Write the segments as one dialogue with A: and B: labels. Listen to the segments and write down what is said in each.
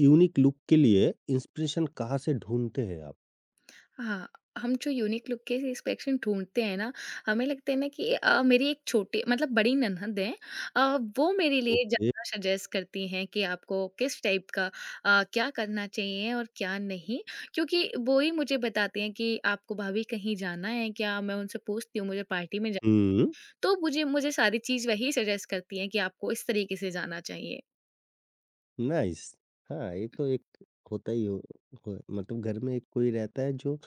A: Unique look के लिए inspiration कहाँ से ढूँढते हैं आप?
B: हाँ, हम जो यूनिक लुक के सेटिस्फैक्शन ढूँढते हैं ना, हमें लगता है ना कि मेरी एक छोटी मतलब बड़ी ननद है। वो मेरे लिए
A: ओके।
B: ज़्यादा सजेस्ट करती हैं कि आपको किस टाइप का क्या करना चाहिए और क्या नहीं। क्योंकि वो ही मुझे बताती हैं कि आपको भाभी कहीं जाना है क्या? मैं उनसे पूछती हूँ मुझे पार्टी में जा।
A: हुँ,
B: तो मुझे मुझे सारी चीज़ वही सजेस्ट करती हैं कि आपको इस तरीके से जाना चाहिए।
A: नाइस। हाँ, ये तो एक होता ही हो मतलब घर में एक कोई रहता है जो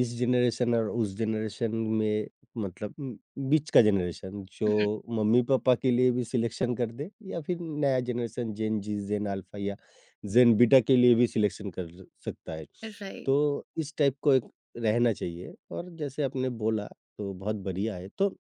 A: इस जनरेशन और उस जनरेशन में मतलब बीच का जनरेशन जो मम्मी-पापा के लिए भी सिलेक्शन कर दे या फिर नया जनरेशन जेन ज़ी, जेन अल्फा या जेन बीटा के लिए भी सिलेक्शन कर सकता है।
B: हुँ, राइट।
A: तो इस टाइप को एक रहना चाहिए और जैसे आपने बोला तो बहुत बढ़िया है। तो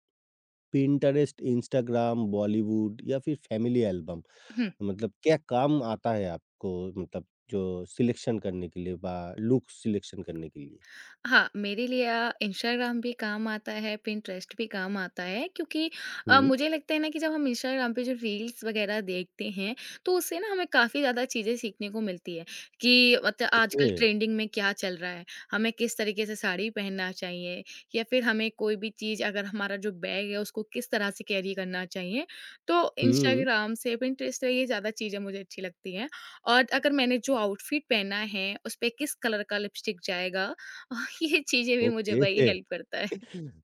A: पिंटरेस्ट, इंस्टाग्राम, बॉलीवुड या फिर फैमिली एल्बम
B: हुँ।
A: मतलब क्या काम आता है आपको मतलब जो सिलेक्शन करने के लिए बा लुक सिलेक्शन करने के लिए?
B: हाँ, मेरे लिए इंस्टाग्राम भी काम आता है, पिंटरेस्ट भी काम आता है क्योंकि
A: हुँ,
B: मुझे लगता है ना कि जब हम इंस्टाग्राम पे जो रील्स वगैरह देखते हैं, तो उससे ना हमें काफ़ी ज़्यादा चीज़ें सीखने को मिलती है कि मतलब
A: ओके।
B: आजकल ट्रेंडिंग में क्या चल रहा है, हमें किस तरीके से साड़ी पहनना चाहिए या फिर हमें कोई भी चीज़ अगर हमारा जो बैग है उसको किस तरह से कैरी करना चाहिए। तो
A: हुँ,
B: इंस्टाग्राम से पिंटरेस्ट से ये ज़्यादा चीज़ें मुझे अच्छी लगती हैं और अगर मैंने जो आउटफिट पहना है, उसपे किस कलर का लिपस्टिक जाएगा। ये चीज़ें भी मुझे
A: ओके।
B: वही हेल्प करता है।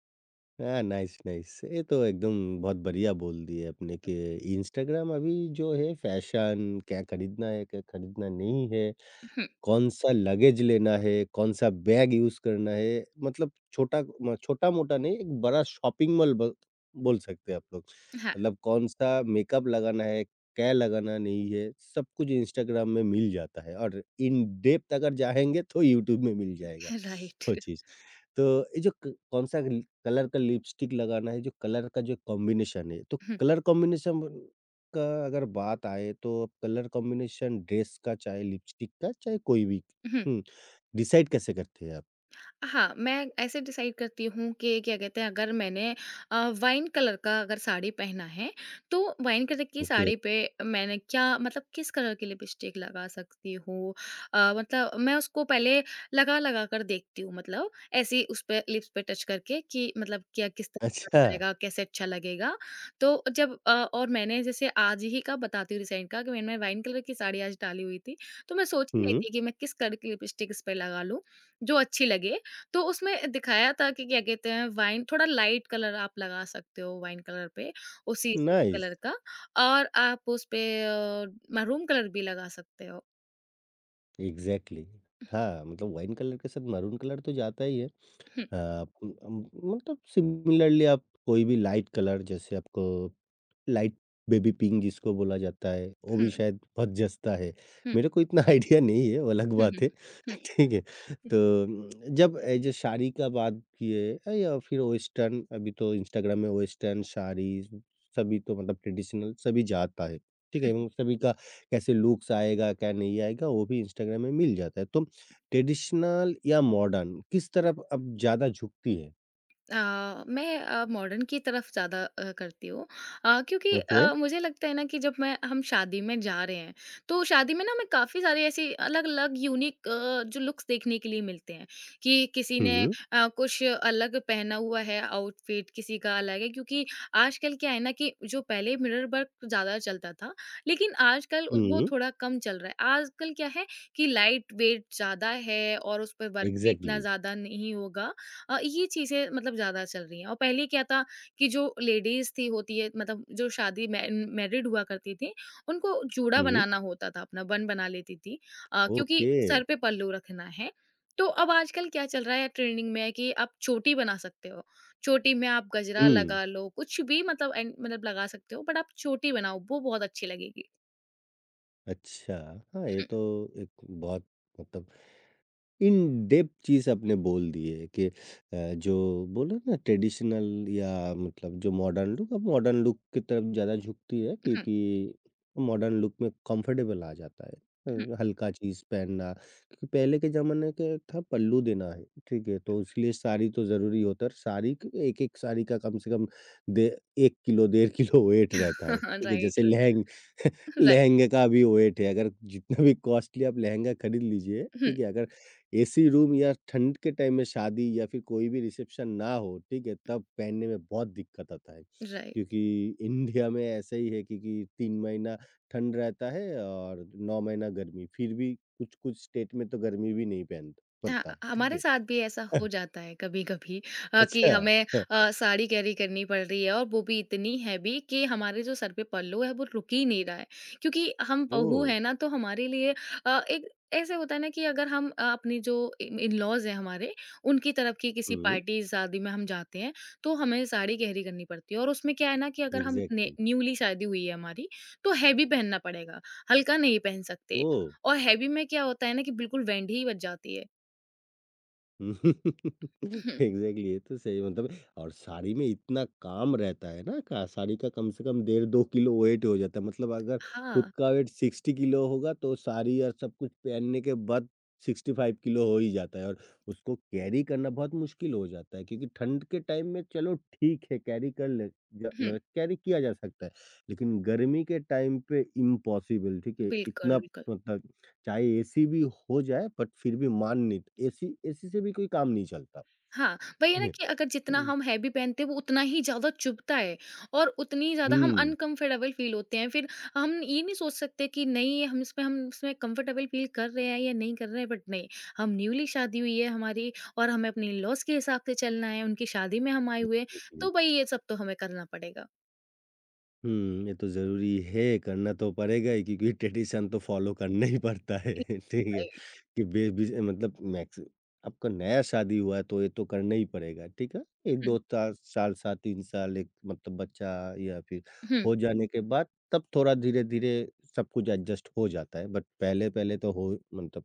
A: हाँ, नाइस, नाइस। ये तो एकदम बहुत बढ़िया बोल दिए आपने कि इंस्टाग्राम अभी जो है फैशन क्या खरीदना है, क्या खरीदना नहीं है।
B: हुँ,
A: कौन-सा लगेज लेना है, कौन-सा बैग यूज़ करना है, मतलब छोटा-मोटा नहीं एक बड़ा शॉपिंग मॉल ब बोल सकते हैं आप लोग।
B: हाँ,
A: मतलब कौन-सा मेकअप लगाना है, क्या लगाना नहीं है, सब कुछ इंस्टाग्राम में मिल जाता है और इन डेप्थ अगर जाएँगे तो यूट्यूब में मिल जाएगा
B: राइट।
A: वो चीज़। तो ये जो क कौन-सा ल कलर का लिपस्टिक लगाना है, जो कलर का जो कॉम्बिनेशन है, तो
B: हुँ,
A: कलर कॉम्बिनेशन का अगर बात आए तो आप कलर कॉम्बिनेशन ड्रेस का चाहे लिपस्टिक का चाहे कोई भी
B: हुँ।
A: हुँ, डिसाइड कैसे करते हैं आप?
B: हाँ, मैं ऐसे डिसाइड करती हूँ कि क्या कहते हैं अगर मैंने वाइन कलर का अगर साड़ी पहना है, तो वाइन कलर की
A: ओके।
B: साड़ी पे मैंने क्या मतलब किस कलर की लिपस्टिक लगा सकती हूँ। मतलब मैं उसको पहले लगा-लगा कर देखती हूँ मतलब ऐसे ही उस पे लिप्स पे टच करके कि मतलब क्या किस तरह का
A: अच्छा।
B: जाएगा, कैसे अच्छा लगेगा। तो जब और मैंने जैसे आज ही का बताती हूँ रिसेंट का कि मैंने वाइन कलर की साड़ी आज डाली हुई थी। तो मैं सोच ही रही
A: हुँ,
B: थी कि मैं किस कलर की लिपस्टिक इस पे लगा लूँ, जो अच्छी लगे। तो उसमें दिखाया था कि क्या कहते हैं वाइन थोड़ा लाइट कलर आप लगा सकते हो वाइन कलर पे उसी
A: नाइस
B: कलर का और आप उस पे मैरून कलर भी लगा सकते हो।
A: एग्ज़ैक्टली। हाँ, मतलब वाइन कलर के साथ मैरून कलर तो जाता ही है।
B: हुँ,
A: अ, उम, अम, मतलब सिमिलरली आप कोई भी लाइट कलर जैसे आपको लाइट बेबी पिंक जिसको बोला जाता है, वो
B: हुँ,
A: भी शायद बहुत जचता है।
B: हुँ,
A: मेरे को इतना आइडिया नहीं है, वो अलग
B: हुँ, हुँ,
A: बात है।
B: हुँ।
A: ठीक है। तो उम, जब जो साड़ी का बात किए या फिर वेस्टर्न अभी तो इंस्टाग्राम में वेस्टर्न साड़ी सभी तो मतलब ट्रेडिशनल सभी जाता है। ठीक है? एवं सभी का कैसे लुक्स आएगा, क्या नहीं आएगा वो भी इंस्टाग्राम में मिल जाता है। तो ट्रेडिशनल या मॉडर्न किस तरफ अब ज़्यादा झुकती है?
B: मैं मॉडर्न की तरफ ज़्यादा करती हूँ क्योंकि
A: ओके।
B: मुझे लगता है ना कि जब मैं हम शादी में जा रहे हैं तो शादी में ना हमें काफ़ी सारे ऐसी अलग अलग यूनिक जो लुक्स देखने के लिए मिलते हैं कि किसी ने
A: हुँ,
B: कुछ अलग पहना हुआ है आउटफिट किसी का अलग है क्योंकि आजकल क्या है ना कि जो पहले मिरर वर्क ज़्यादा चलता था लेकिन आजकल वो
A: हुँ,
B: थोड़ा कम चल रहा है आजकल क्या है कि लाइट वेट ज़्यादा है और उस पर वर्क भी इतना
A: एग्ज़ैक्टली।
B: ज़्यादा नहीं होगा। ये चीज़ें मतलब ज़्यादा चल रही हैं और पहले क्या था कि जो लेडीज़ थी होती है मतलब जो शादी मै मैरिड हुआ करती थी, उनको जूड़ा
A: हुँ,
B: बनाना होता था, अपना बन बना लेती थी क्योंकि
A: ओके।
B: सर पे पल्लू रखना है। तो अब आजकल क्या चल रहा है ट्रेंडिंग में कि आप चोटी बना सकते हो। चोटी में आप गजरा
A: हुँ,
B: लगा लो, कुछ भी मतलब एंड मतलब लगा सकते हो बट आप चोटी बनाओ, वो बहुत अच्छी लगेगी।
A: अच्छा। हाँ, ये
B: हुँ,
A: तो एक बहुत मतलब इन डेप्थ चीज़ आपने बोल दी है कि जो बोलो ना ट्रेडिशनल या मतलब जो मॉडर्न लुक, अब मॉडर्न लुक की तरफ ज़्यादा झुकती है
B: हुँ,
A: क्योंकि मॉडर्न लुक में कंफर्टेबल आ जाता है।
B: हुँ।
A: हल्का चीज़ पहनना क्योंकि पहले के ज़माने के था पल्लू देना है, ठीक है? तो इसलिए साड़ी तो ज़रूरी होता है और साड़ी क एक-एक साड़ी का कम से कम डे 1 किलो, डेढ़ किलो वेट रहता है, ठीक है? जैसे
B: राइट,
A: लहंग
B: राइट।
A: लहंगे का भी वेट है, अगर जितना भी कॉस्टली आप लहंगा खरीद लीजिए,
B: हुँ,
A: ठीक है? अगर एसी रूम या ठंड के टाइम में शादी या फिर कोई भी रिसेप्शन ना हो ठीक है तब पहनने में बहुत दिक्कत आता है
B: राइट।
A: क्योंकि इंडिया में ऐसा ही है क्योंकि 3 महीना ठंड रहता है और 9 महीना गर्मी फिर भी कुछ कुछ स्टेट में तो गर्मी भी नहीं पहन
B: हाँ,
A: पड़ता है ठीक
B: हमारे साथ
A: है
B: भी ऐसा हो जाता है कभी-कभी कि
A: अच्छा
B: हमें साड़ी कैरी करनी पड़ रही है और वो भी इतनी हैवी कि हमारे जो सर पे पल्लू है वो रुक ही नहीं रहा है। क्योंकि हम
A: ओ
B: बहू हैं ना तो हमारे लिए एक ऐसे होता है ना कि अगर हम अपनी जो इन इन-लॉज़ हैं हमारे, उनकी तरफ की किसी
A: हम्म
B: पार्टी शादी में हम जाते हैं, तो हमें साड़ी कैरी करनी पड़ती है और उसमें क्या है ना कि अगर हम ने
A: एग्जैक्टली
B: न्यूली शादी हुई है हमारी, तो हैवी पहनना पड़ेगा, हल्का नहीं पहन सकते।
A: ओ
B: और हैवी में क्या होता है ना कि बिल्कुल वेंढी बज जाती है। हुँ,
A: एग्जैक्टली ये तो सही मतलब और साड़ी में इतना काम रहता है ना का साड़ी का कम से कम 1.5-2 किलो वेट हो जाता है मतलब अगर खुद
B: हाँ,
A: का वेट 60 किलो होगा तो साड़ी और सब कुछ पहनने के बाद 65 किलो हो ही जाता है और उसको कैरी करना बहुत मुश्किल हो जाता है क्योंकि ठंड के टाइम में चलो ठीक है कैरी
B: हुँ,
A: मतलब कैरी किया जा सकता है लेकिन गर्मी के टाइम पे इम्पॉसिबल ठीक है
B: बिल्कुल,
A: इतना
B: बिल्कुल।
A: मतलब चाहे एसी भी हो जाए बट फिर भी मान नहीं एसी एसी से भी कोई काम नहीं चलता।
B: हाँ, वही है
A: ठीक
B: ना
A: है?
B: कि अगर जितना
A: हुँ।
B: हम हैवी पहनते हैं वो उतना ही ज़्यादा चुभता है और उतनी ज़्यादा हम अनकम्फ़र्टेबल फ़ील होते हैं। फिर हम ये नहीं सोच सकते कि नहीं हम इसमें कम्फ़र्टेबल फ़ील कर रहे हैं या नहीं कर रहे हैं, बट नहीं, हम न्यूली शादी हुई है हमारी और हमें अपने इन-लॉज़ के हिसाब से चलना है, उनकी शादी में हम आए हुए हैं,
A: हुँ।
B: तो भई ये सब तो हमें करना पड़ेगा।
A: हुँ, ये तो ज़रूरी है, करना तो पड़ेगा ही क्योंकि ट्रेडिशन तो फ़ॉलो करना ही पड़ता है, ठीक है?
B: राइट।
A: कि बे बीच मतलब मैक्स आपका नया शादी हुआ है, तो ये तो करना ही पड़ेगा, ठीक है?
B: हुँ,
A: 1-2 ता साल, 7-3 साल एक मतलब बच्चा या फिर
B: हुँ,
A: हो जाने के बाद तब थोड़ा धीरे-धीरे सब कुछ एडजस्ट हो जाता है, बट पहले-पहले तो हो मतलब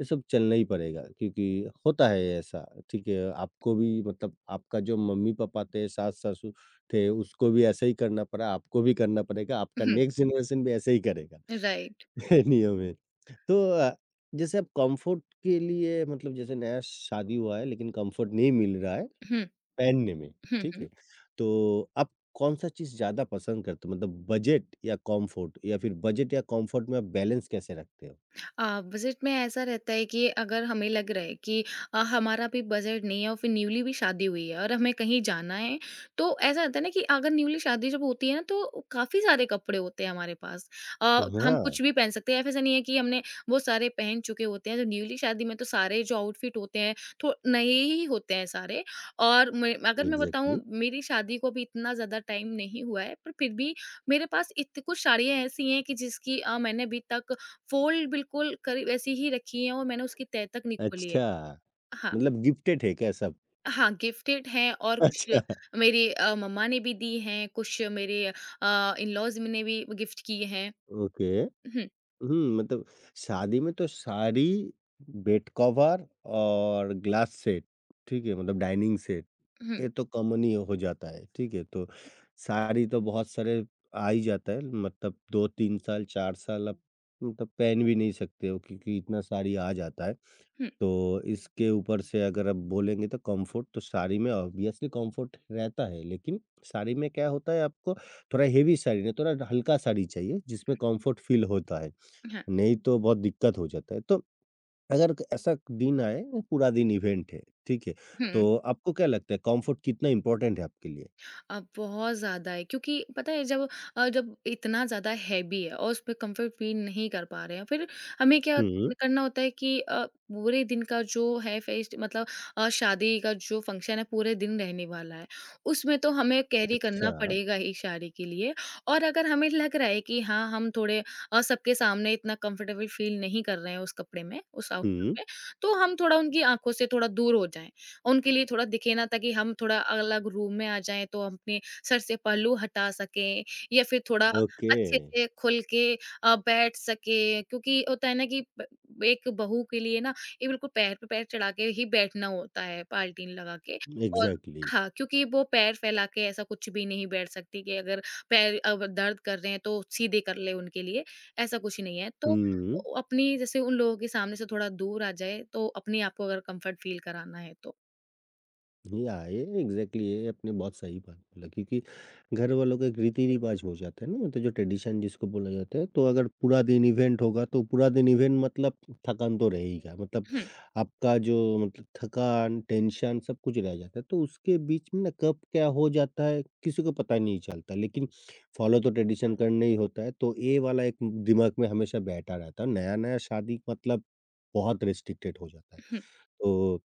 A: ये सब चलना ही पड़ेगा क्योंकि होता है ऐसा, ठीक है? आपको भी मतलब आपका जो मम्मी-पापा थे, सास-ससुर थे, उसको भी ऐसा ही करना पड़ा, आपको भी करना पड़ेगा, आपका
B: हुँ,
A: नेक्स्ट जनरेशन भी ऐसे ही करेगा,
B: राइट।
A: नियम है। तो जैसे आप कम्फ़र्ट के लिए मतलब जैसे नया शादी हुआ है लेकिन कम्फ़र्ट नहीं मिल रहा है
B: हुँ,
A: पहनने में,
B: हुँ,
A: ठीक
B: हुँ।
A: है? तो आप कौन-सा चीज़ ज़्यादा पसंद करते हो? मतलब बजट या कम्फ़र्ट या फिर बजट या कम्फ़र्ट में आप बैलेंस कैसे रखते हो?
B: बजट में ऐसा रहता है कि अगर हमें लग रहा है कि हमारा भी बजट नहीं है और फिर न्यूली भी शादी हुई है और हमें कहीं जाना है तो ऐसा रहता है ना कि अगर न्यूली शादी जब होती है ना तो काफ़ी सारे कपड़े होते हैं हमारे पास। अ, हम
A: हाँ,
B: कुछ भी पहन सकते हैं ऐसा नहीं है कि हमने वो सारे पहन चुके होते हैं तो न्यूली शादी में तो सारे जो आउटफिट होते हैं तो नए ही होते हैं सारे और अगर मैं बताऊं
A: एग्ज़ैक्टली।
B: मेरी शादी को भी इतना ज़्यादा टाइम नहीं हुआ है पर फिर भी मेरे पास इत कुछ साड़ियाँ ऐसी हैं कि जिसकी मैंने अभी तक फ़ोल्ड बिल्कुल करी वैसी ही रखी हैं और मैंने उसकी तह तक नहीं खोली है।
A: अच्छा,
B: हाँ।
A: मतलब गिफ्टेड है क्या सब?
B: हाँ, गिफ्टेड हैं और कुछ
A: अच्छा,
B: मेरी मम्मा ने भी दी हैं, कुछ मेरे इन-लॉज़ ने भी गिफ्ट किए हैं।
A: ओके।
B: हुँ,
A: हुँ, मतलब शादी में तो सारी बेड कवर और ग्लास सेट, ठीक है? मतलब डाइनिंग सेट,
B: हुँ,
A: ये तो कॉमन ही हो जाता है, ठीक है? तो साड़ी तो बहुत सारे आ ही जाता है, मतलब 2-3 साल, 4 साल आप मतलब पहन भी नहीं सकते हो क्योंकि इतना साड़ी आ जाता है।
B: हुँ,
A: तो इसके ऊपर से अगर आप बोलेंगे तो कम्फर्ट तो साड़ी में ऑब्वियसली कम्फर्ट रहता है, लेकिन साड़ी में क्या होता है आपको थोड़ा हेवी साड़ी नहीं, थोड़ा हल्का साड़ी चाहिए जिसमें कम्फर्ट फ़ील होता है।
B: हाँ,
A: नहीं तो बहुत दिक्कत हो जाता है। तो अगर क ऐसा दिन आए पूरा दिन इवेंट है, ठीक है?
B: हुँ।
A: तो आपको क्या लगता है कम्फर्ट कितना इम्पोर्टेंट है आपके लिए?
B: बहुत ज़्यादा है क्योंकि पता है जब जब इतना ज़्यादा हैवी है और उसमें कंफर्ट फील नहीं कर पा रहे हैं फिर हमें क्या
A: हुँ,
B: करना होता है कि पूरे दिन का जो है फेस्ट मतलब शादी का जो फंक्शन है पूरे दिन रहने वाला है उसमें तो हमें कैरी
A: अच्छा।
B: करना पड़ेगा ही शादी के लिए। और अगर हमें लग रहा है कि हाँ हम थोड़े सबके सामने इतना कंफर्टेबल फील नहीं कर रहे हैं उस कपड़े में उस आउटफिट
A: हुँ,
B: में तो हम थोड़ा उनकी आंखों से थोड़ा दूर हो जाएं उनके लिए थोड़ा दिखे ना ताकि हम थोड़ा अलग रूम में आ जाएँ तो हम अपने सर से पहलू हटा सकें या फिर थोड़ा
A: ओके।
B: अच्छे से खुल के बैठ सकें क्योंकि होता है ना कि ब एक बहू के लिए ना ये बिल्कुल पैर पे पैर चढ़ा के ही बैठना होता है पाल्टीन लगा के। और
A: एग्ज़ैक्टली।
B: हाँ, क्योंकि वो पैर फैला के ऐसा कुछ भी नहीं बैठ सकती कि अगर पैर अब दर्द कर रहे हैं तो सीधे कर ले उनके लिए, ऐसा कुछ नहीं है। तो
A: हुँ।
B: ओ अपनी जैसे उन लोगों के सामने से थोड़ा दूर आ जाए तो अपने आप को अगर कम्फर्ट फ़ील कराना है तो।
A: या ये एग्जैक्टली ये आपने बहुत सही बात बोला क्योंकि घर वालों का एक रीति रिवाज हो जाता है ना मतलब जो ट्रेडिशन जिसको बोला जाता है तो अगर पूरा दिन इवेंट होगा तो पूरा दिन इवेंट मतलब थकान तो रहेगा मतलब
B: Hmm.
A: आपका जो मतलब थकान टेंशन सब कुछ रह जाता है तो उसके बीच में ना कब क्या हो जाता है किसी को पता नहीं चलता लेकिन फॉलो तो ट्रेडिशन करना ही होता है तो ये वाला एक दिमाग में हमेशा बैठा रहता है नया नया शादी मतलब बहुत रिस्ट्रिक्टेड हो जाता है
B: Hmm,
A: तो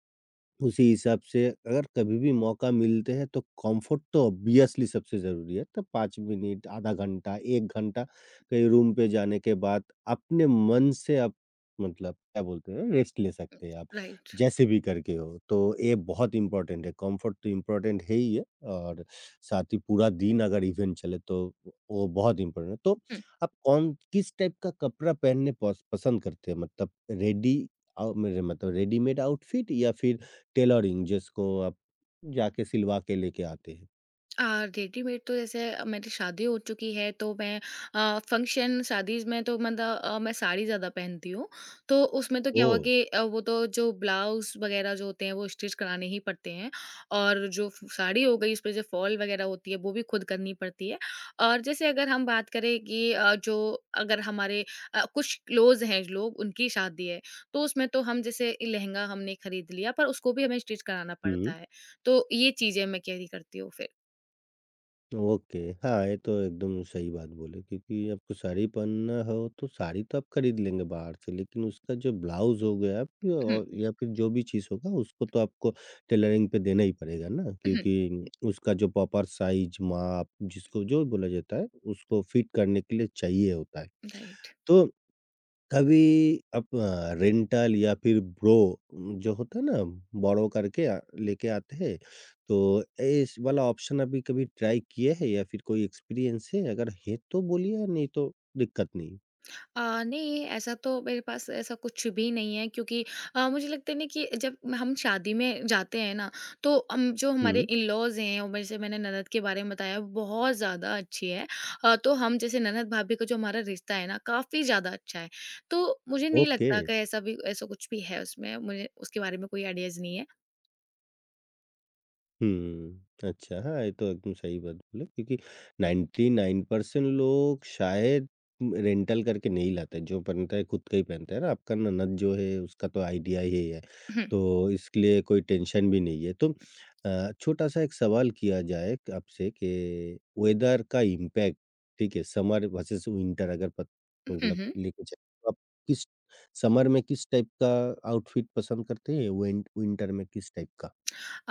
A: उसी हिसाब से अगर कभी भी मौका मिलते हैं तो कंफर्ट तो ऑब्वियसली सबसे ज़रूरी है। तो 5 मिनट, आधा घंटा, 1 घंटा कहीं रूम पे जाने के बाद अपने मन से आप मतलब क्या बोलते हैं रेस्ट ले सकते हैं आप,
B: right.
A: जैसे भी करके हो। तो ये बहुत इम्पोर्टेंट है, कंफर्ट तो इम्पोर्टेंट है ही है और साथ ही पूरा दिन अगर इवेंट चले तो वो बहुत इम्पोर्टेंट है। तो
B: Hmm.
A: आप कौन किस टाइप का कपड़ा पहनने पस पसंद करते हैं? मतलब रेडी मेरे मतलब रेडीमेड आउटफिट या फिर टेलरिंग जिसको आप जाके सिलवा के लेके आते हैं।
B: रेडीमेड तो जैसे मेरी शादी हो चुकी है तो मैं फंक्शन शादीज में तो मतलब मैं साड़ी ज़्यादा पहनती हूँ तो उसमें तो क्या हुआ
A: ओह!
B: कि वो तो जो ब्लाउज वगैरह जो होते हैं वो स्टिच कराने ही पड़ते हैं और जो साड़ी हो गई उस पर जो फॉल वगैरह होती है वो भी खुद करनी पड़ती है। और जैसे अगर हम बात करें कि जो अगर हमारे कुछ क्लोज हैं लोग उनकी शादी है तो उसमें तो हम जैसे लहंगा हमने खरीद लिया पर उसको भी हमें स्टिच कराना
A: हुँ।
B: पड़ता है तो ये चीज़ें मैं कैरी करती हूँ फिर।
A: ओके, हाँ, ये तो एकदम सही बात बोले क्योंकि आपको साड़ी पहनना हो तो साड़ी तो आप खरीद लेंगे बाहर से, लेकिन उसका जो ब्लाउज़ हो गया या और या फिर जो भी चीज़ होगा उसको तो आपको टेलरिंग पे देना ही पड़ेगा ना
B: हम्म,
A: क्योंकि उसका जो प्रॉपर साइज़, माप जिसको जो बोला जाता है उसको फिट करने के लिए चाहिए होता है।
B: राइट।
A: तो कभी अपना रेंटल या फिर ब्रो जो होता है ना बोरो करके लेके आते हैं तो इस वाला ऑप्शन अभी कभी ट्राई किए हैं या फिर कोई एक्सपीरियंस है? अगर है तो बोलिए नहीं तो दिक्कत नहीं।
B: नहीं ऐसा तो मेरे पास ऐसा कुछ भी नहीं है क्योंकि मुझे लगता है ना कि जब हम शादी में जाते हैं ना तो हम जो हमारे
A: हुँ,
B: इन लॉज हैं और जैसे मैंने ननद के बारे में बताया वो बहुत ज़्यादा अच्छी है। तो हम जैसे ननद भाभी का जो हमारा रिश्ता है ना काफ़ी ज़्यादा अच्छा है तो मुझे नहीं
A: ओके।
B: लगता कि ऐसा भी ऐसा कुछ भी है उसमें मुझे उसके बारे में कोई आइडियाज़ नहीं है।
A: हुँ। अच्छा, हाँ, ये तो एकदम सही बात बोले क्योंकि 99% लोग शायद रेंटल करके नहीं लाते, जो पहनता है खुद का ही पहनता है ना, आपका ननद जो है उसका तो आइडिया ही है।
B: हम्म,
A: तो इसके लिए कोई टेंशन भी नहीं है। तो छोटा-सा एक सवाल किया जाए क आपसे कि वेदर का इम्पैक्ट ठीक है, समर वर्सेस विंटर अगर पत
B: हम्म,
A: मतलब लेके चलें तो आप किस समर में किस टाइप का आउटफिट पसंद करते हैं? विन विंटर में किस टाइप का?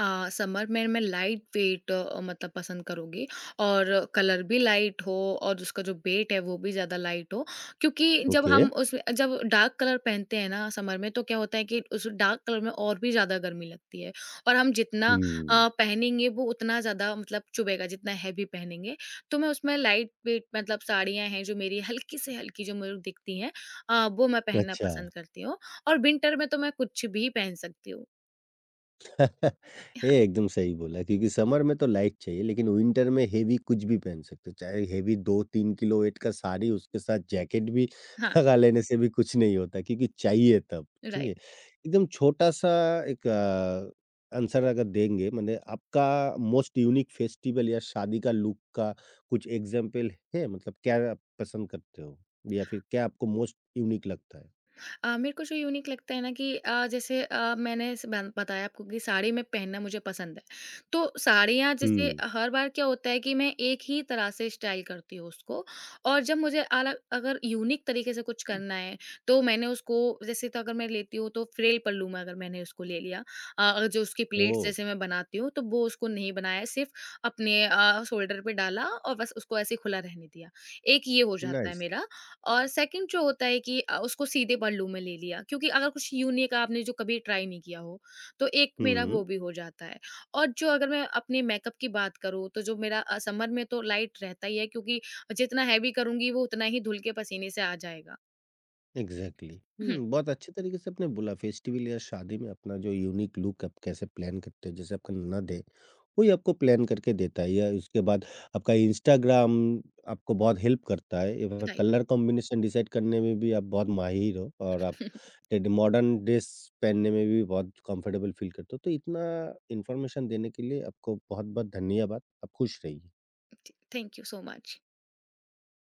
B: समर में मैं लाइट वेट मतलब पसंद करूँगी और कलर भी लाइट हो और उसका जो वेट है वो भी ज़्यादा लाइट हो। क्योंकि जब
A: ओके।
B: हम उसमें जब डार्क कलर पहनते हैं ना समर में तो क्या होता है कि उस डार्क कलर में और भी ज़्यादा गर्मी लगती है और हम जितना
A: हुँ,
B: पहनेंगे वो उतना ज़्यादा मतलब चुभेगा जितना हैवी पहनेंगे। तो मैं उसमें लाइट वेट मतलब साड़ियाँ हैं जो मेरी हल्की से हल्की जो मुझे दिखती हैं वो मैं पहनना
A: अच्छा।
B: पसंद करती हूँ और विंटर में तो मैं कुछ भी पहन सकती हूँ। हाँ,
A: ये एकदम सही बोला क्योंकि समर में तो लाइट चाहिए लेकिन विंटर में हेवी कुछ भी पहन सकते हो। चाहे हेवी 2-3 किलो वेट का साड़ी उसके साथ जैकेट भी
B: हाँ,
A: लगा लेने से भी कुछ नहीं होता क्योंकि चाहिए तब, ठीक
B: राइट।
A: है? एकदम छोटा-सा एक आंसर अगर देंगे माने आपका मोस्ट यूनिक फेस्टिवल या शादी का लुक का कुछ एग्ज़ाम्पल है? मतलब क्या आप पसंद करते हो? या फिर क्या आपको मोस्ट यूनिक लगता है?
B: मेरे को जो यूनिक लगता है ना कि जैसे मैंने बताया आपको कि साड़ी में पहनना मुझे पसंद है तो साड़ियाँ जैसे
A: हुँ।
B: हर बार क्या होता है कि मैं एक ही तरह से स्टाइल करती हूँ उसको और जब मुझे अलग अगर यूनिक तरीके से कुछ करना है तो मैंने उसको जैसे तो अगर मैं लेती हूँ तो फ्रेल पल्लू में अगर मैंने उसको ले लिया अगर जो उसकी प्लेट्स
A: ओह!
B: जैसे मैं बनाती हूँ तो वो उसको नहीं बनाया सिर्फ अपने शोल्डर पे डाला और बस उसको ऐसे खुला रहने दिया। एक ये हो जाता है
A: नाइस।
B: मेरा और सेकंड जो होता है कि उसको सीधे पल्लू में ले लिया क्योंकि अगर कुछ यूनिक आपने जो कभी ट्राई नहीं किया हो, तो एक मेरा
A: हुँ,
B: वो भी हो जाता है। और जो अगर मैं अपने मेकअप की बात करूँ, तो जो मेरा समर में तो लाइट रहता ही है क्योंकि जितना हेवी करूँगी वो उतना ही धुल के पसीने से आ जाएगा।
A: एग्ज़ैक्टली हुँ, बहुत अच्छे तरीके से आपने बोला फेस्टिवल या शादी में अपना जो यूनिक लुक आप कैसे प्लान करते हो, जैसे आपका ननद है, वही आपको प्लान करके देता है या उसके बाद आपका इंस्टाग्राम आपको बहुत हेल्प करता है एवं
B: राइट।
A: कलर कॉम्बिनेशन डिसाइड करने में भी आप बहुत माहिर हो और आप टेड मॉडर्न ड्रेस पहनने में भी बहुत कंफर्टेबल फ़ील करते हो। तो इतना इन्फॉर्मेशन देने के लिए आपको बहुत-बहुत धन्यवाद। आप खुश रहिए।
B: Thank you so much.